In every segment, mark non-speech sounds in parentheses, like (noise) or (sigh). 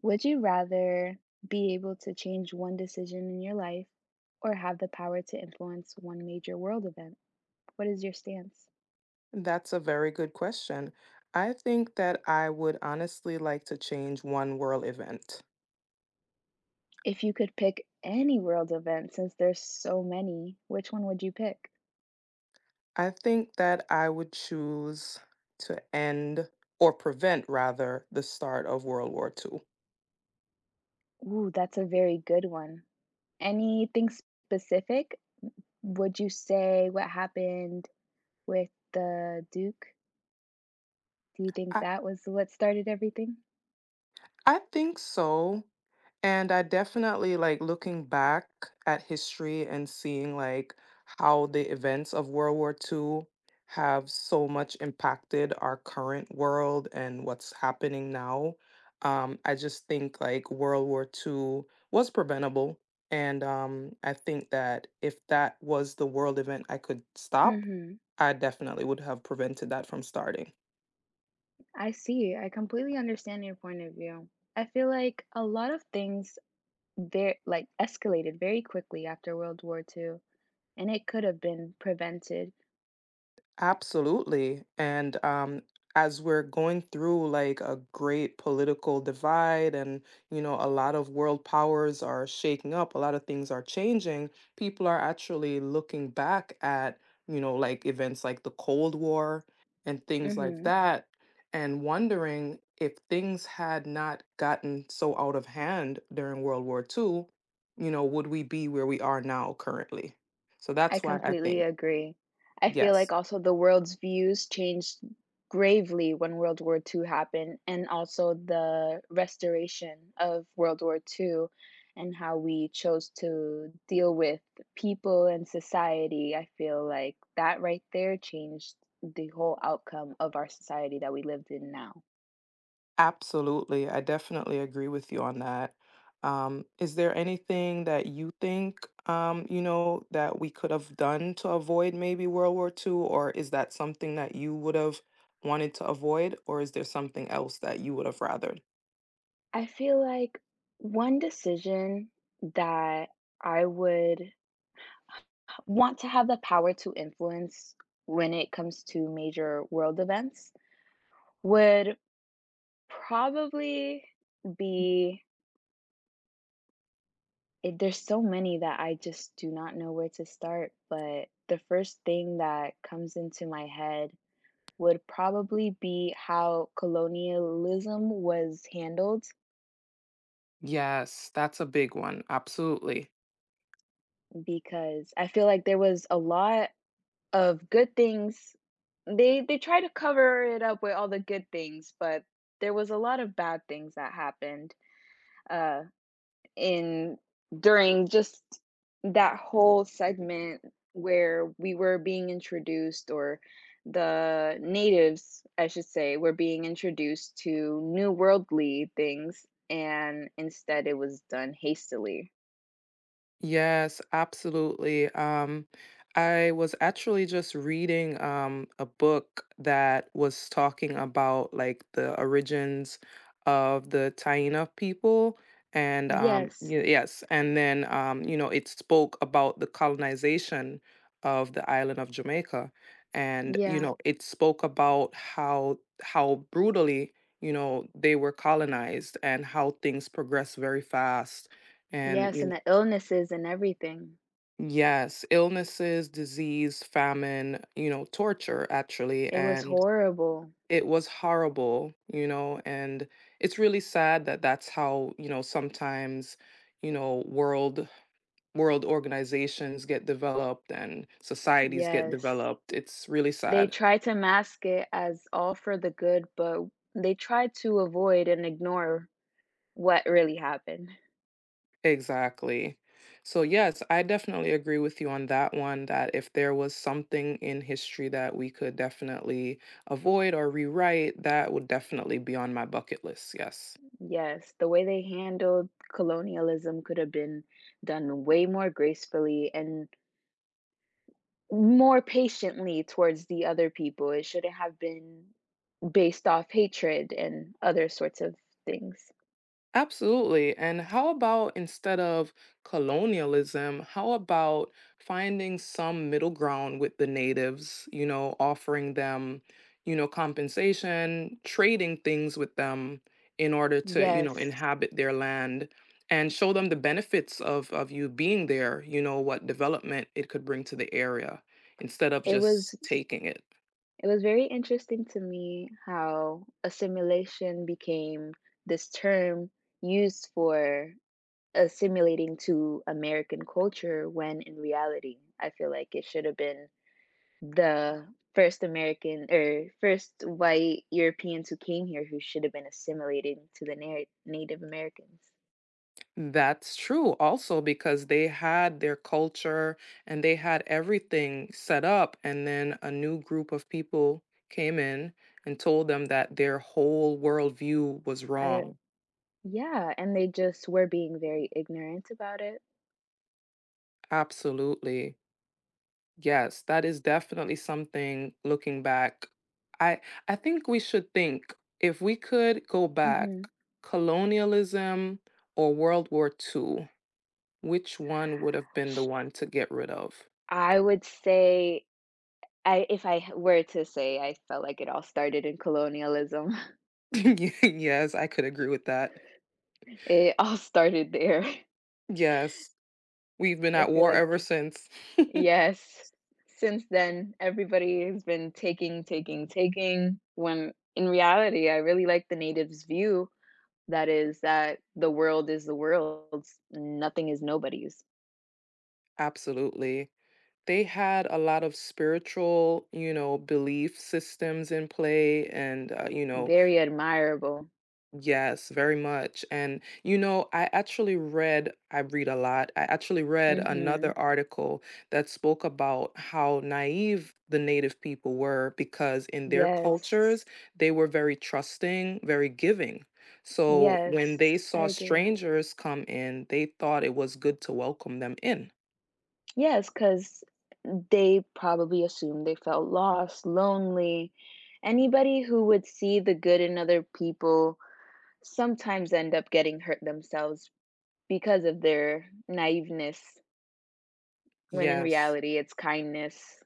Would you rather be able to change one decision in your life or have the power to influence one major world event? What is your stance? That's a very good question. I think that I would honestly like to change one world event. If you could pick any world event, since there's so many, which one would you pick? I think that I would choose to end or prevent, rather, the start of World War II. Ooh, that's a very good one. Anything specific? Would you say what happened with the Duke? Do you think I, that was what started everything? I think so. And I definitely like looking back at history and seeing like how the events of World War II have so much impacted our current world and what's happening now. I just think like World War II was preventable. And I think that if that was the world event I could stop, Mm-hmm. I definitely would have prevented that from starting. I see. I completely understand your point of view. I feel like a lot of things there, like, escalated very quickly after World War Two, and it could have been prevented. Absolutely. And as we're going through like a great political divide, and a lot of world powers are shaking up, a lot of things are changing, people are actually looking back at, like events like the Cold War and things like Mhm. that, and wondering if things had not gotten so out of hand during World War II, would we be where we are now currently? So I that's why I completely think, agree. I feel like yes. also the world's views changed gravely when World War Two happened, and also the restoration of World War Two, and how we chose to deal with people and society. I feel like that right there changed the whole outcome of our society that we lived in now. Absolutely. I definitely agree with you on that. Is there anything that you think, that we could have done to avoid maybe World War II, or is that something that you would have wanted to avoid, or is there something else that you would have rathered? I feel like one decision that I would want to have the power to influence when it comes to major world events would probably be it, there's so many that I just do not know where to start, but the first thing that comes into my head would probably be how colonialism was handled Yes, that's a big one. Absolutely. because I feel like there was a lot of good things, they try to cover it up with all the good things, but there was a lot of bad things that happened, uh, in during just that whole segment where we were being introduced, or the natives, I should say, were being introduced to new worldly things, and instead it was done hastily. Yes, absolutely. I was actually just reading a book that was talking about like the origins of the Taíno people. And Yes. Yes, and then it spoke about the colonization of the island of Jamaica. And Yeah. It spoke about how brutally, they were colonized and how things progressed very fast. And Yes, you and know the illnesses and everything. Yes, illnesses, disease, famine, torture actually. It was And horrible. it was horrible, and it's really sad that that's how, sometimes, you know, world world organizations get developed and societies get Yes. developed. It's really They sad. try to mask it as all for the good, but they try to avoid and ignore what really happened. Exactly. So, yes, I definitely agree with you on that one that if there was something in history that we could definitely avoid or rewrite, that would definitely be on my bucket list. Yes. Yes, the way they handled colonialism could have been done way more gracefully and more patiently towards the other people. It shouldn't have been based off hatred and other sorts of things. Absolutely. And how about instead of colonialism, how about finding some middle ground with the natives, offering them, compensation, trading things with them in order to, Yes, inhabit their land and show them the benefits of you being there, what development it could bring to the area instead of it was. just taking it. It was very interesting to me how assimilation became this term used for assimilating to American culture when in reality, I feel like it should have been the first American or first white Europeans who came here who should have been assimilating to the Native Americans. That's true also because they had their culture and they had everything set up, and then a new group of people came in and told them that their whole worldview was I, wrong. yeah, and they just were being very ignorant about it. Absolutely. Yes, that is definitely something looking back. I I think we should think if we could go back, Hmm. colonialism or World War Two, which one would have been the one to get rid of? I would say, I if I h- were to say, I felt like it all started in colonialism. (laughs) (laughs) Ye yes, I could agree with that. It all started there. Yes, we've (laughs) been I at feel war like, ever since. yes, since then, everybody has been taking, taking, taking. When in reality, I really like the natives' view that is, that the world is the world's, nothing is nobody's. (laughs) Absolutely. They had a lot of spiritual, belief systems in play and, Very admirable. yes, very much. And I actually read, I read a lot. I actually read Mm-hmm. another article that spoke about how naive the native people were because in their Yes, cultures, they were very trusting, very giving. So when yes, they I saw agree. strangers come in, they thought it was good to welcome them in. Yes, because they probably assumed they felt lost, lonely. Anybody who would see the good in other people sometimes end up getting hurt themselves because of their naiveness, when in Yes. reality, it's kindness.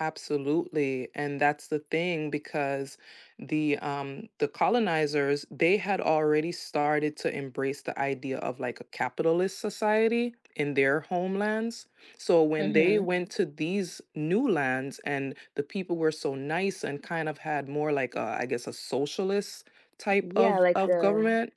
Absolutely. And that's the thing because the colonizers, they had already started to embrace the idea of like a capitalist society in their homelands. So when they Mhm. went to these new lands and the people were so nice and kind of had more like a, I guess a socialist type Yeah, of like, of government,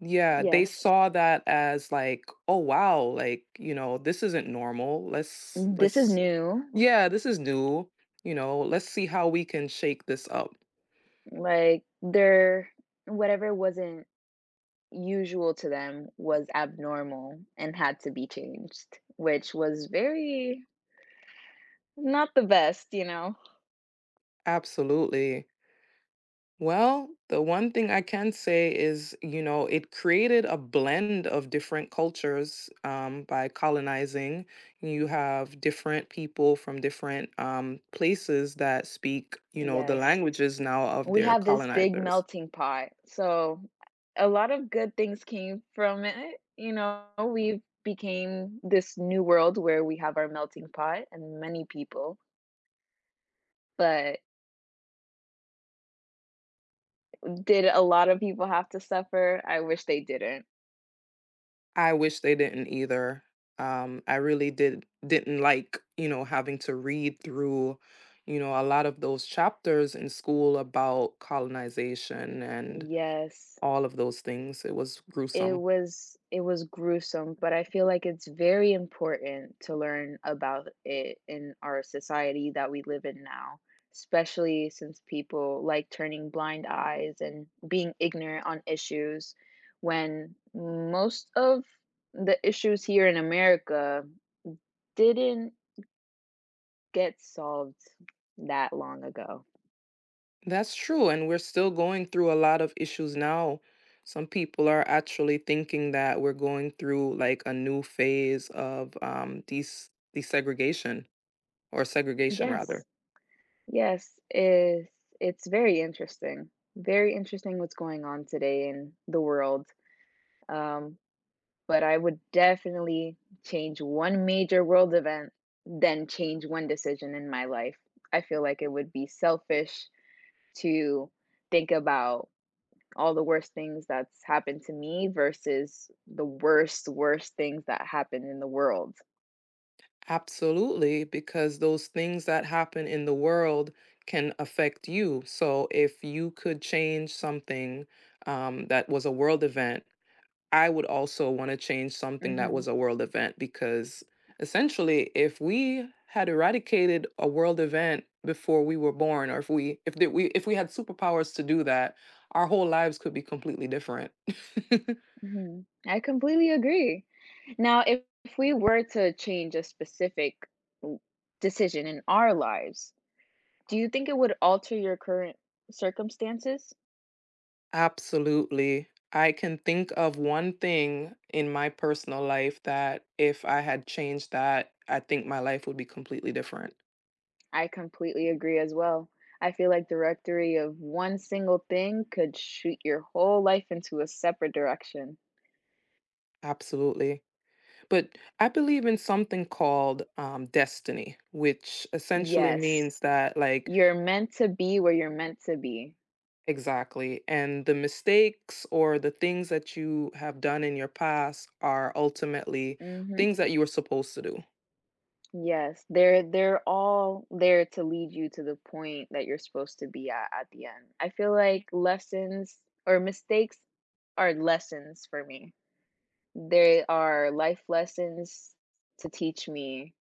yeah, they yes. saw that as like, oh wow, like, this isn't normal. This is Let's new, yeah, this is new. Let's see how we can shake this up. like, their whatever wasn't usual to them was abnormal and had to be changed, which was very not the best, you know? Absolutely. Well, the one thing I can say is, it created a blend of different cultures by colonizing. You have different people from different places that speak, the Yes. languages now of We their have this big colonizers. melting pot, so a lot of good things came from it, you know? We've became this new world where we have our melting pot and many people, but did a lot of people have to suffer? I wish they didn't. I wish they didn't either. I really didn't like, having to read through, a lot of those chapters in school about colonization and Yes. all of those things. It was It gruesome. was it was gruesome, but I feel like it's very important to learn about it in our society that we live in now, especially since people like turning blind eyes and being ignorant on issues when most of the issues here in America didn't get solved that long ago. That's true. And we're still going through a lot of issues now. Some people are actually thinking that we're going through like a new phase of desegregation or segregation, Yes. rather. Yes, it's very interesting. Very interesting what's going on today in the world. Um, but I would definitely change one major world event, then change one decision in my life. I feel like it would be selfish to think about all the worst things that's happened to me versus the worst, worst things that happen in the world. Absolutely, because those things that happen in the world can affect you. So if you could change something that was a world event, I would also want to change something that was Hmm. a world event because essentially if we had eradicated a world event before we were born or if we had superpowers to do that our whole lives could be completely different (laughs) Hmm. I completely agree. Now, if we were to change a specific w- decision in our lives, do you think it would alter your current circumstances? Absolutely. I can think of one thing in my personal life that if I had changed that, I think my life would be completely different. I completely agree as well. I feel like the rectory of one single thing could shoot your whole life into a separate direction. Absolutely. But I believe in something called destiny, which essentially Yes, means that, like, you're meant to be where you're meant to be. exactly. And the mistakes or the things that you have done in your past are ultimately Hmm. things that you were supposed to do. Yes, they're all there to lead you to the point that you're supposed to be at the end. I feel like lessons or mistakes are lessons for me. There are life lessons to teach me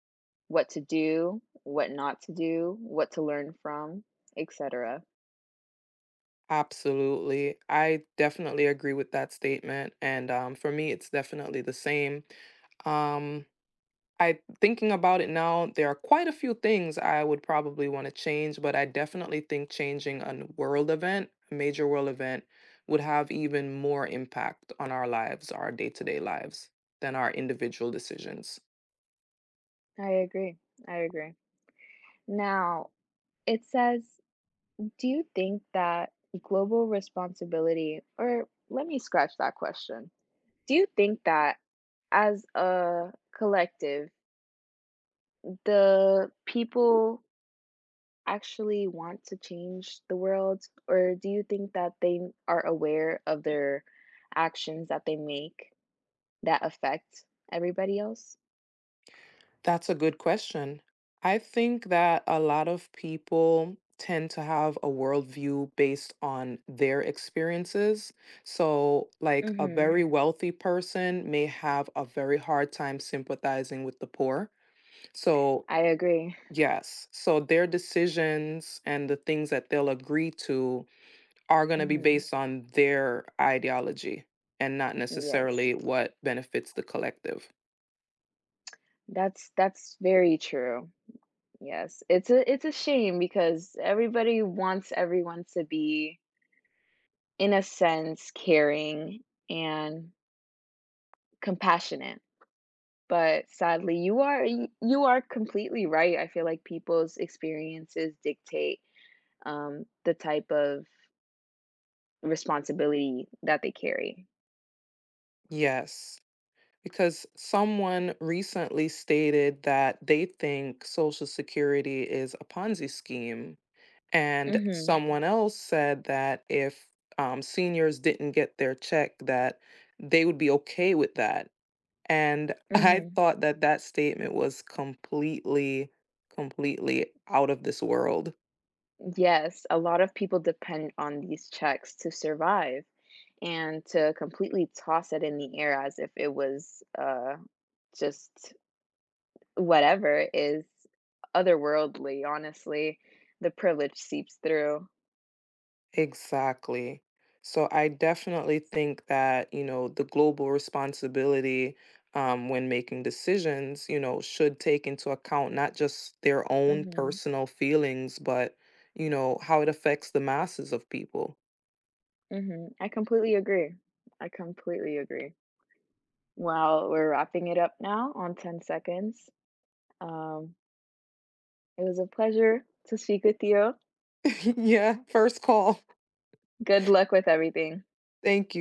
what to do, what not to do, what to learn from, etc. Absolutely. I definitely agree with that statement. And for me, it's definitely the same. Um, I thinking about it now, there are quite a few things I would probably want to change, but I definitely think changing a major world event, would have even more impact on our lives, our day-to-day lives, than our individual decisions. I agree. I agree. Now, it says, do you think that global responsibility, or let me scratch that question. Do you think that as a collective, the people actually want to change the world, or do you think that they are aware of their actions that they make that affect everybody else? That's a good question. I think that a lot of people tend to have a worldview based on their experiences. So, like a Mhm. very wealthy person may have a very hard time sympathizing with the poor. So, I agree. yes, so their decisions and the things that they'll agree to are going to be Mhm. based on their ideology and not Yes. necessarily what benefits the collective. That's very true. Yes. It's a, it's a shame because everybody wants everyone to be in a sense caring and compassionate. But sadly, you are, y you are completely right. I feel like people's experiences dictate, the type of responsibility that they carry. Yes. Because someone recently stated that they think Social Security is a Ponzi scheme. And Mhm, someone else said that if seniors didn't get their check, that they would be okay with that. And (laughs) I mhm. thought that that statement was completely, completely out of this world. Yes, a lot of people depend on these checks to survive and to completely toss it in the air as if it was, just whatever is otherworldly, honestly. The privilege seeps through. Exactly. So I definitely think that, the global responsibility when making decisions, should take into account not just their own Mhm. personal feelings, but, how it affects the masses of people. Mhm. I completely agree. I completely agree. Well, we're wrapping it up now on 10 seconds. Um, it was a pleasure to speak with you. (laughs) yeah, first call. Good luck with everything. Thank you.